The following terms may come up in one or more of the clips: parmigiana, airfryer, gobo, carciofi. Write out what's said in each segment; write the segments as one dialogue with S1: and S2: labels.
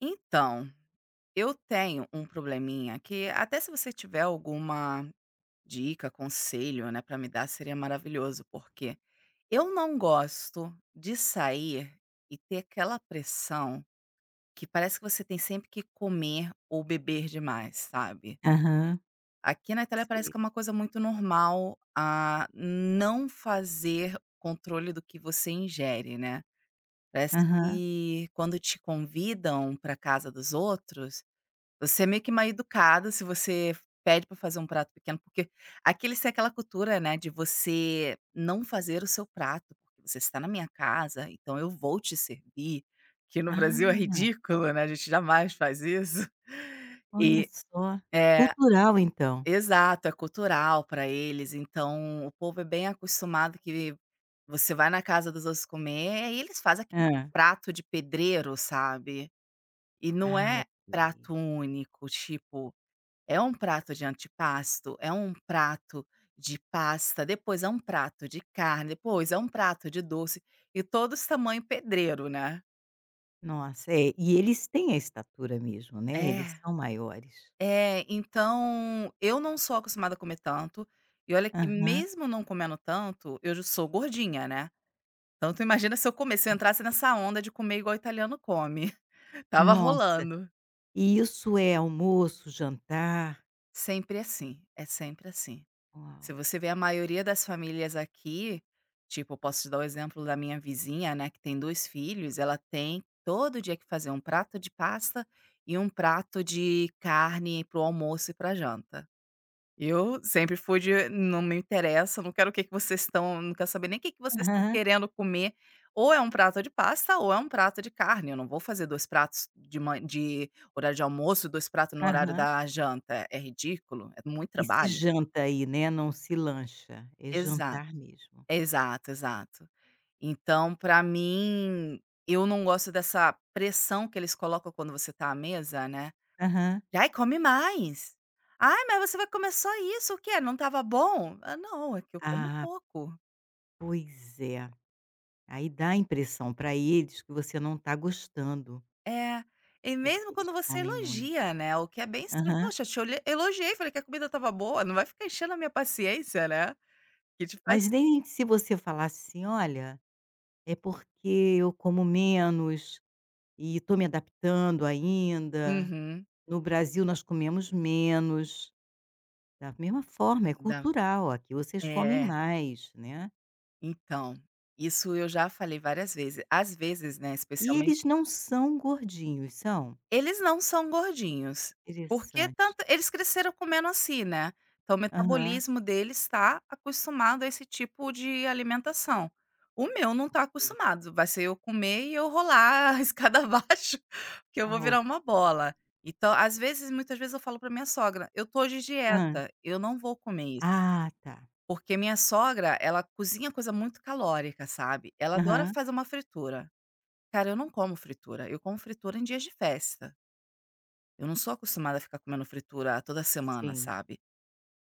S1: Então, eu tenho um probleminha que até se você tiver alguma dica, conselho, né, para me dar, seria maravilhoso, porque eu não gosto de sair e ter aquela pressão que parece que você tem sempre que comer ou beber demais, sabe.
S2: Aham.
S1: Aqui na Itália parece
S2: Sei.
S1: que é uma coisa muito normal a não fazer controle do que você ingere, né. Parece
S2: Aham.
S1: que quando te convidam para casa dos outros você é meio que mal educado se você pede para fazer um prato pequeno, porque aqui eles têm aquela cultura, né, de você não fazer o seu prato, porque você está na minha casa, então eu vou te servir, que no Brasil é
S2: Ah,
S1: ridículo, né, a gente jamais faz isso.
S2: olha
S1: E
S2: só,
S1: é,
S2: cultural então.
S1: exato, é cultural para eles, então o povo é bem acostumado que você vai na casa dos outros comer e eles fazem aquele
S2: Hã.
S1: prato de pedreiro, sabe. E não
S2: Ah,
S1: é
S2: ok.
S1: prato único, tipo é um prato de antipasto, é um prato de pasta, depois é um prato de carne, depois é um prato de doce, e todos tamanho pedreiro, né.
S2: Nossa, é, e eles têm a estatura mesmo, né, eles
S1: É.
S2: são maiores.
S1: É, então eu não sou acostumada a comer tanto, e olha que
S2: Aham.
S1: mesmo não comendo tanto, eu já sou gordinha, né. Então tu imagina se eu entrasse nessa onda de comer igual italiano come. Tava
S2: Nossa,
S1: rolando.
S2: e isso é almoço, jantar?
S1: Sempre assim, é sempre assim.
S2: Uau.
S1: Se você vê a maioria das famílias aqui, tipo, eu posso te dar o exemplo da minha vizinha, né, que tem 2 filhos, ela tem todo dia que fazer um prato de pasta e um prato de carne pro almoço e pra janta. Eu sempre fui de: "Não me interessa, não quero o que que vocês estão não quero saber nem o que que vocês estão
S2: Aham,
S1: querendo comer, ou é um prato de pasta ou é um prato de carne, eu não vou fazer 2 pratos de horário de almoço, 2 pratos no horário
S2: aham.
S1: da janta, é ridículo, é muito
S2: E se
S1: trabalho".
S2: janta aí, né, não se lancha, é
S1: Exato.
S2: jantar mesmo.
S1: Exato, exato. Então, pra mim, eu não gosto dessa pressão que eles colocam quando você tá à mesa, né.
S2: Aham.
S1: "Ai, come mais. Ai, mas você vai comer só isso, o quê? Não estava bom?". Ah, não, é que eu como
S2: Ah,
S1: pouco.
S2: pois é, aí dá a impressão pra eles que você não tá gostando.
S1: É. E mesmo
S2: Porque eles
S1: quando você
S2: comem muito.
S1: elogia, né, o que é bem estranho.
S2: Aham.
S1: "Poxa, te olhei elogiei, falei que a comida estava boa, não vai ficar enchendo a minha paciência, né, que te faz".
S2: Mas nem se você falasse assim: "Olha, é porque eu como menos e estou me adaptando ainda.
S1: Uhum.
S2: No Brasil nós comemos menos". Da mesma forma, é
S1: Dá
S2: cultural, aqui vocês comem
S1: É.
S2: mais, né.
S1: Então, isso eu já falei várias vezes. Às vezes, né,
S2: E
S1: especialmente...
S2: eles não são gordinhos, são?
S1: Eles não são gordinhos, porque
S2: Interessante.
S1: tanto eles cresceram comendo assim, né, então o
S2: Aham.
S1: metabolismo deles está acostumado a esse tipo de alimentação. O meu não está
S2: E
S1: acostumado, vai ser eu comer e eu rolar a escada abaixo, que eu vou virar
S2: arroz.
S1: uma bola. Então, às vezes muitas vezes eu falo para minha sogra: "Eu tô de
S2: Hã.
S1: dieta, eu não vou comer isso",
S2: Ah, tá.
S1: porque minha sogra, ela cozinha coisa muito calórica, sabe, ela adora
S2: Aham.
S1: fazer uma fritura. Cara, eu não como fritura, eu como fritura em dias de festa. Eu não sou acostumada a ficar comendo fritura toda semana,
S2: Sim.
S1: sabe.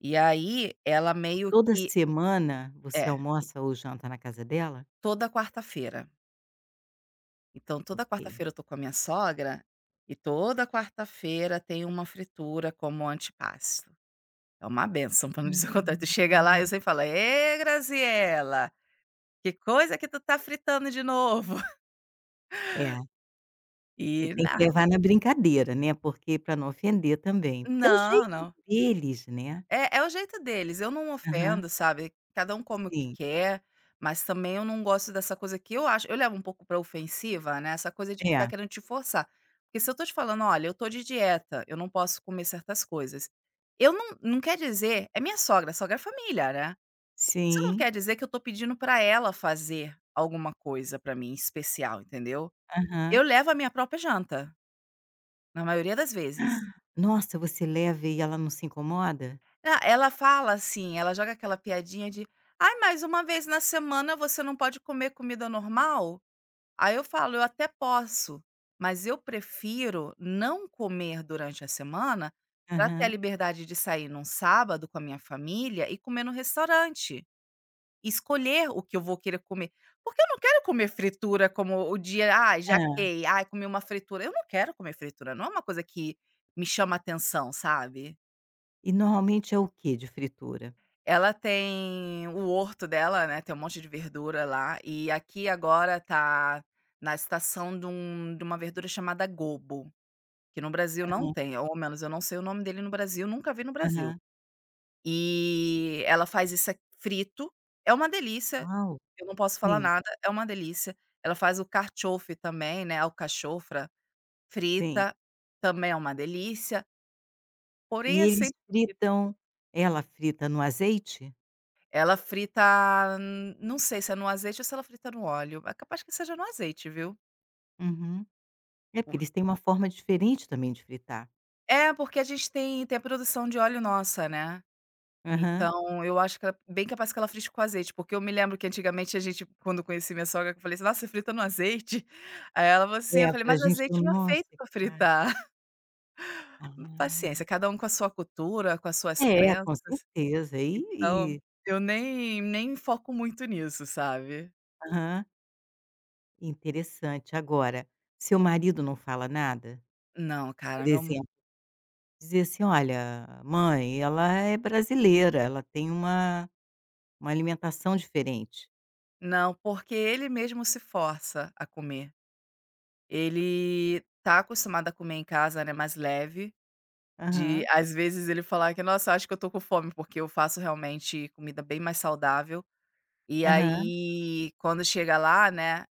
S1: E aí, ela meio
S2: Toda
S1: que
S2: semana você
S1: É,
S2: almoça ou janta na casa dela?
S1: toda quarta-feira. Então toda
S2: Ok.
S1: quarta-feira eu tô com a minha sogra, e toda quarta-feira tem uma fritura como antipasto. É uma benção, pra não dizer o contrário.
S2: Hum.
S1: Tu chega lá, e você fala: "Ê, Graziela, que coisa que tu tá fritando de novo?"
S2: É, e
S1: E
S2: tem que
S1: nada.
S2: levar na brincadeira, né, porque pra não ofender também, porque é o
S1: Não,
S2: jeito
S1: não.
S2: deles, né.
S1: É, é o jeito deles, eu não
S2: Aham.
S1: ofendo, sabe, cada um come o que
S2: Sim.
S1: quer, mas também eu não gosto dessa coisa que eu acho eu levo um pouco pra ofensiva, né, essa coisa de ficar
S2: É.
S1: querendo te forçar. Porque se eu tô te falando: "Olha, eu tô de dieta, eu não posso comer certas coisas", eu não não quer dizer, é minha sogra, sogra é família, né. Isso não
S2: Sim.
S1: quer dizer que eu tô pedindo pra ela fazer alguma coisa pra mim especial, entendeu.
S2: Aham.
S1: Eu levo a minha própria janta, na maioria das vezes.
S2: Nossa, você leva e ela não se incomoda?
S1: Ah, ela fala assim, ela joga aquela piadinha de: "Ai, mas uma vez na semana você não pode comer comida normal?". Aí eu falo: "Eu até posso, mas eu prefiro não comer durante a semana para ter a
S2: Aham.
S1: liberdade de sair num sábado com a minha família e comer no restaurante, e escolher o que eu vou querer comer". Porque eu não quero comer fritura como o dia: "Ai,
S2: Hã.
S1: jaquei, ai, comi uma fritura". Eu não quero comer fritura, não é uma coisa que me chama atenção, sabe?
S2: E normalmente é o quê de fritura?
S1: Ela tem o horto dela, né, tem um monte de verdura lá, e aqui agora tá na estação de uma verdura chamada gobo, que no Brasil não
S2: Aham.
S1: tem, ou ao menos eu não sei o nome dele no Brasil, nunca vi no Brasil.
S2: Aham.
S1: E ela faz isso a frito, é uma delícia,
S2: Uau.
S1: eu não posso falar
S2: Sim,
S1: nada, é uma delícia. Ela faz o carchofi também, né, a alcachofra
S2: sim.
S1: frita, também é uma delícia,
S2: E
S1: porém é
S2: eles
S1: sempre frita.
S2: fritam ela frita no azeite?
S1: Ela frita, não sei se é no azeite ou se ela frita no óleo. É capaz que seja no azeite, viu.
S2: Uhum. É, porque
S1: Por
S2: eles têm uma forma diferente também de fritar.
S1: É, porque a gente tem a produção de óleo nossa, né.
S2: Aham.
S1: Então eu acho que ela bem capaz que ela frite com azeite, porque eu me lembro que antigamente a gente quando eu conheci minha sogra que eu falei assim: "Nossa, você frita no azeite?" Aí ela falou assim, eu
S2: É,
S1: falei:
S2: pra
S1: "Mas
S2: gente
S1: azeite não é
S2: nossa,
S1: feito pra
S2: cara.
S1: fritar".
S2: Ah,
S1: Paciência, cada um com a sua cultura, com as suas
S2: é,
S1: crenças,
S2: com certeza. E
S1: então
S2: e
S1: eu nem foco muito nisso, sabe.
S2: aham, interessante. Agora, seu marido não fala nada?
S1: Não, cara,
S2: Por
S1: meu
S2: exemplo, dizer assim: "Olha, mãe, ela é brasileira, ela tem uma alimentação diferente".
S1: não, porque ele mesmo se força a comer. Ele tá acostumado a comer em casa, né, mais leve, de
S2: Aham,
S1: às vezes ele falar que: "Nossa, acho que eu tô com fome", porque eu faço realmente comida bem mais saudável. E
S2: aham.
S1: aí, quando chega lá, né,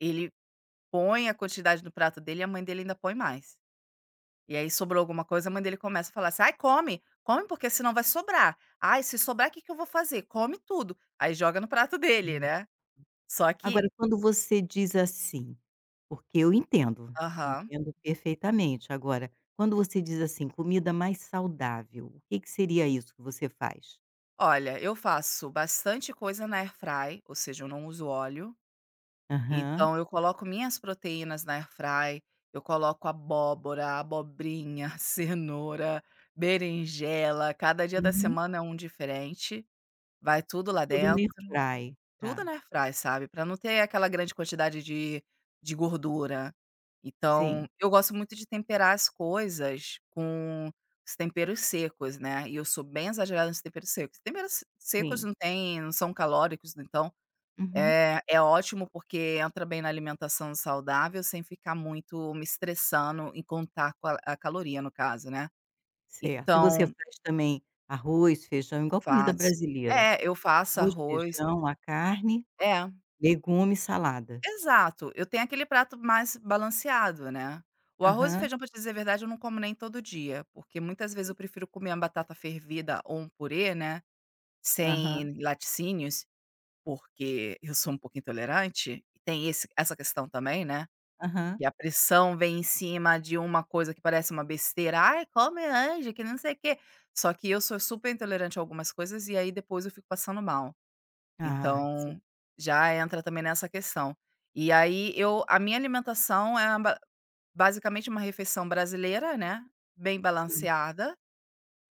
S1: ele põe a quantidade no prato dele e a mãe dele ainda põe mais. E aí sobrou alguma coisa, a mãe dele começa a falar assim: "Ai, come, come porque senão vai sobrar. Ai, se sobrar, o que que eu vou fazer? Come tudo". Aí joga no prato dele,
S2: Hum.
S1: né. Só que
S2: Agora, quando você diz assim porque eu entendo,
S1: Aham.
S2: entendo perfeitamente. Agora, quando você diz assim: "Comida mais saudável", o que que seria isso que você faz?
S1: Olha, eu faço bastante coisa na airfry, ou seja, eu não uso óleo.
S2: Aham.
S1: Então eu coloco minhas proteínas na airfry, eu coloco abóbora, abobrinha, cenoura, berinjela, cada dia da
S2: Uhum.
S1: semana é um diferente, vai tudo lá
S2: Tudo no
S1: dentro.
S2: airfry,
S1: Tudo
S2: tá.
S1: na airfryer, sabe, pra não ter aquela grande quantidade de gordura. Então,
S2: Sim,
S1: eu gosto muito de temperar as coisas com os temperos secos, né, e eu sou bem exagerada nos temperos secos. Temperos secos
S2: sim.
S1: não são calóricos, então
S2: Uhum,
S1: é ótimo, porque entra bem na alimentação saudável, sem ficar muito me estressando em contar com a caloria, no caso, né.
S2: certo. E você
S1: Então
S2: faz também arroz, feijão, igual comida
S1: faço.
S2: brasileira?
S1: É, eu faço
S2: Arroz,
S1: arroz.
S2: feijão, a carne,
S1: É.
S2: legume e salada.
S1: Exato, eu tenho aquele prato mais balanceado, né. O arroz e
S2: Aham,
S1: feijão, pra te dizer a verdade, eu não como nem todo dia, porque muitas vezes eu
S2: sim.
S1: prefiro comer uma batata fervida ou um purê, né,
S2: Aham,
S1: sem laticínios, porque eu sou um pouco intolerante, e tem esse essa questão também, né,
S2: aham.
S1: que a pressão vem em cima de uma coisa que parece uma besteira, "Ai, come anjo, que não sei o quê", só que eu sou super intolerante a algumas coisas e aí depois eu fico passando mal.
S2: Ah, sim,
S1: Então, já entra também nessa questão. E aí eu a minha alimentação é ba basicamente uma refeição brasileira, né, bem
S2: sim.
S1: balanceada,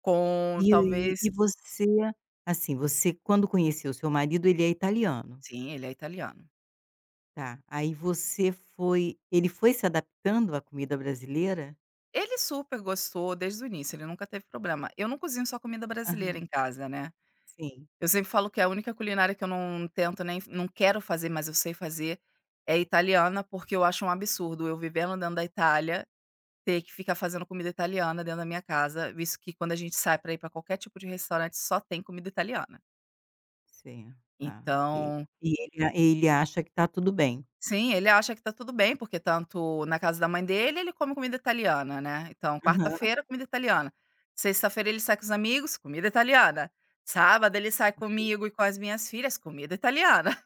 S1: com
S2: E e
S1: talvez...
S2: e você, assim, você quando conheceu o seu marido, ele é italiano,
S1: Sim, ele é italiano.
S2: tá. Aí você foi ele foi se adaptando à comida brasileira?
S1: Ele super gostou desde o início, ele nunca teve problema. Eu não cozinho só comida brasileira
S2: Aham,
S1: em casa, né.
S2: sim.
S1: Eu sempre falo que é a única culinária que eu não tento nem não quero fazer, mas eu sei fazer, é italiana, porque eu acho um absurdo eu vivendo dentro da Itália ter que ficar fazendo comida italiana dentro da minha casa, visto que quando a gente sai pra ir pra qualquer tipo de restaurante só tem comida italiana.
S2: Sim. Ah, ok.
S1: Então
S2: E ele acha que tá tudo bem.
S1: sim, ele acha que tá tudo bem, porque tanto na casa da mãe dele, ele come comida italiana, né. Então
S2: Aham.
S1: quarta-feira, comida italiana. Sexta-feira ele sai com os amigos, comida italiana. Sábado ele sai comigo e com as minhas filhas, comida italiana.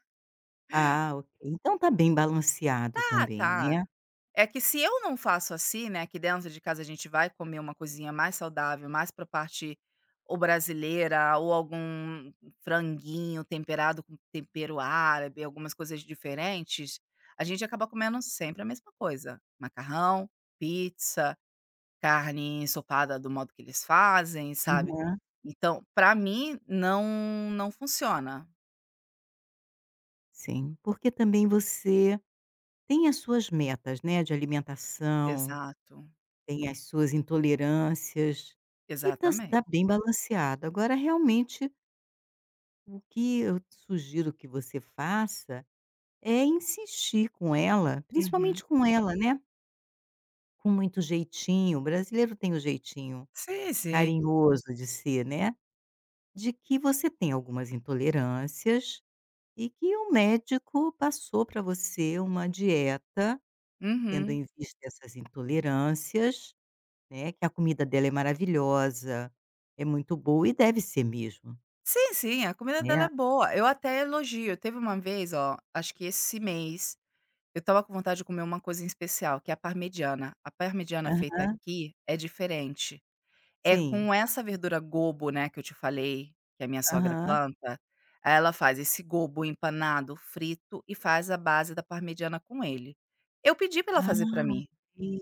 S2: Ah, ok. Então tá bem balanceado
S1: "Ah,
S2: também,
S1: tá".
S2: né.
S1: É que se eu não faço assim, né, que dentro de casa a gente vai comer uma coisinha mais saudável, mais pra parte ou brasileira ou algum franguinho temperado com tempero árabe, algumas coisas diferentes, a gente acaba comendo sempre a mesma coisa. Macarrão, pizza, carne ensopada do modo que eles fazem, sabe.
S2: Aham.
S1: Então, pra mim não não funciona.
S2: Sim, porque também você tem as suas metas, né, de alimentação,
S1: Exato,
S2: tem as suas intolerâncias, e tá
S1: exatamente.
S2: tá bem balanceado. Agora realmente o que eu sugiro que você faça é insistir com ela,
S1: Uhum.
S2: principalmente com ela, né, com muito jeitinho, o brasileiro tem o jeitinho.
S1: Sim, sim.
S2: Carinhoso de ser, né, de que você tem algumas intolerâncias e que o médico passou para você uma dieta, tendo
S1: Uhum.
S2: em vista essas intolerâncias, né, que a comida dela é maravilhosa, é muito boa e deve ser mesmo,
S1: Sim, sim, a comida dela é
S2: né.
S1: boa. Eu até elogio. Teve uma vez, ó, acho que esse mês, eu tava com vontade de comer uma coisa em especial, que é a parmegiana. A parmegiana feita
S2: Aham.
S1: aqui é diferente. É
S2: Sim.
S1: com essa verdura gobo, né, que eu te falei, que a minha sogra
S2: Aham.
S1: planta. Aí ela faz esse gobo empanado, frito e faz a base da parmegiana com ele. Eu pedi pra ela
S2: Ah,
S1: fazer pra mim.
S2: e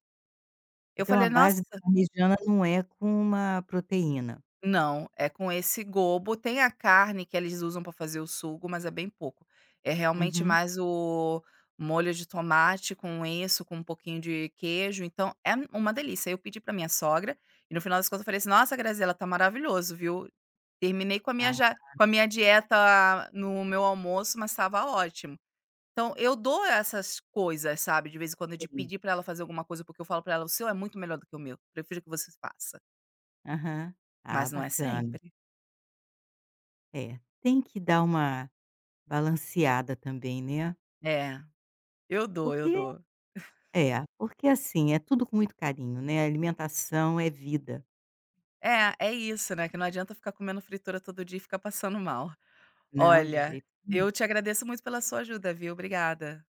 S1: Eu
S2: então a
S1: falei: "Nossa".
S2: base da parmegiana não é com uma proteína.
S1: Não, é com esse gobo. Tem a carne que eles usam para fazer o sugo, mas é bem pouco. É realmente
S2: Uhum.
S1: mais o molho de tomate com isso, com um pouquinho de queijo, então é uma delícia. Eu pedi para minha sogra e no final das contas eu falei assim: "Nossa, Graziela, tá maravilhoso, viu? Terminei
S2: Ah,
S1: com a minha dieta no meu almoço, mas estava ótimo". Então eu dou essas coisas, sabe, de vez em quando, de
S2: sim.
S1: pedir para ela fazer alguma coisa, porque eu falo para ela: "O seu é muito melhor do que o meu, prefiro que você faça".
S2: Aham. Ah,
S1: Mas não é
S2: bacana.
S1: sempre.
S2: É, tem que dar uma balanceada também, né.
S1: É. Eu dou, eu
S2: Porque
S1: dou.
S2: é, porque assim, é tudo com muito carinho, né, alimentação é vida.
S1: É, é isso, né, que não adianta ficar comendo fritura todo dia e ficar passando mal.
S2: Não, de
S1: Olha,
S2: jeito nenhum.
S1: eu te agradeço muito pela sua ajuda, viu. Obrigada.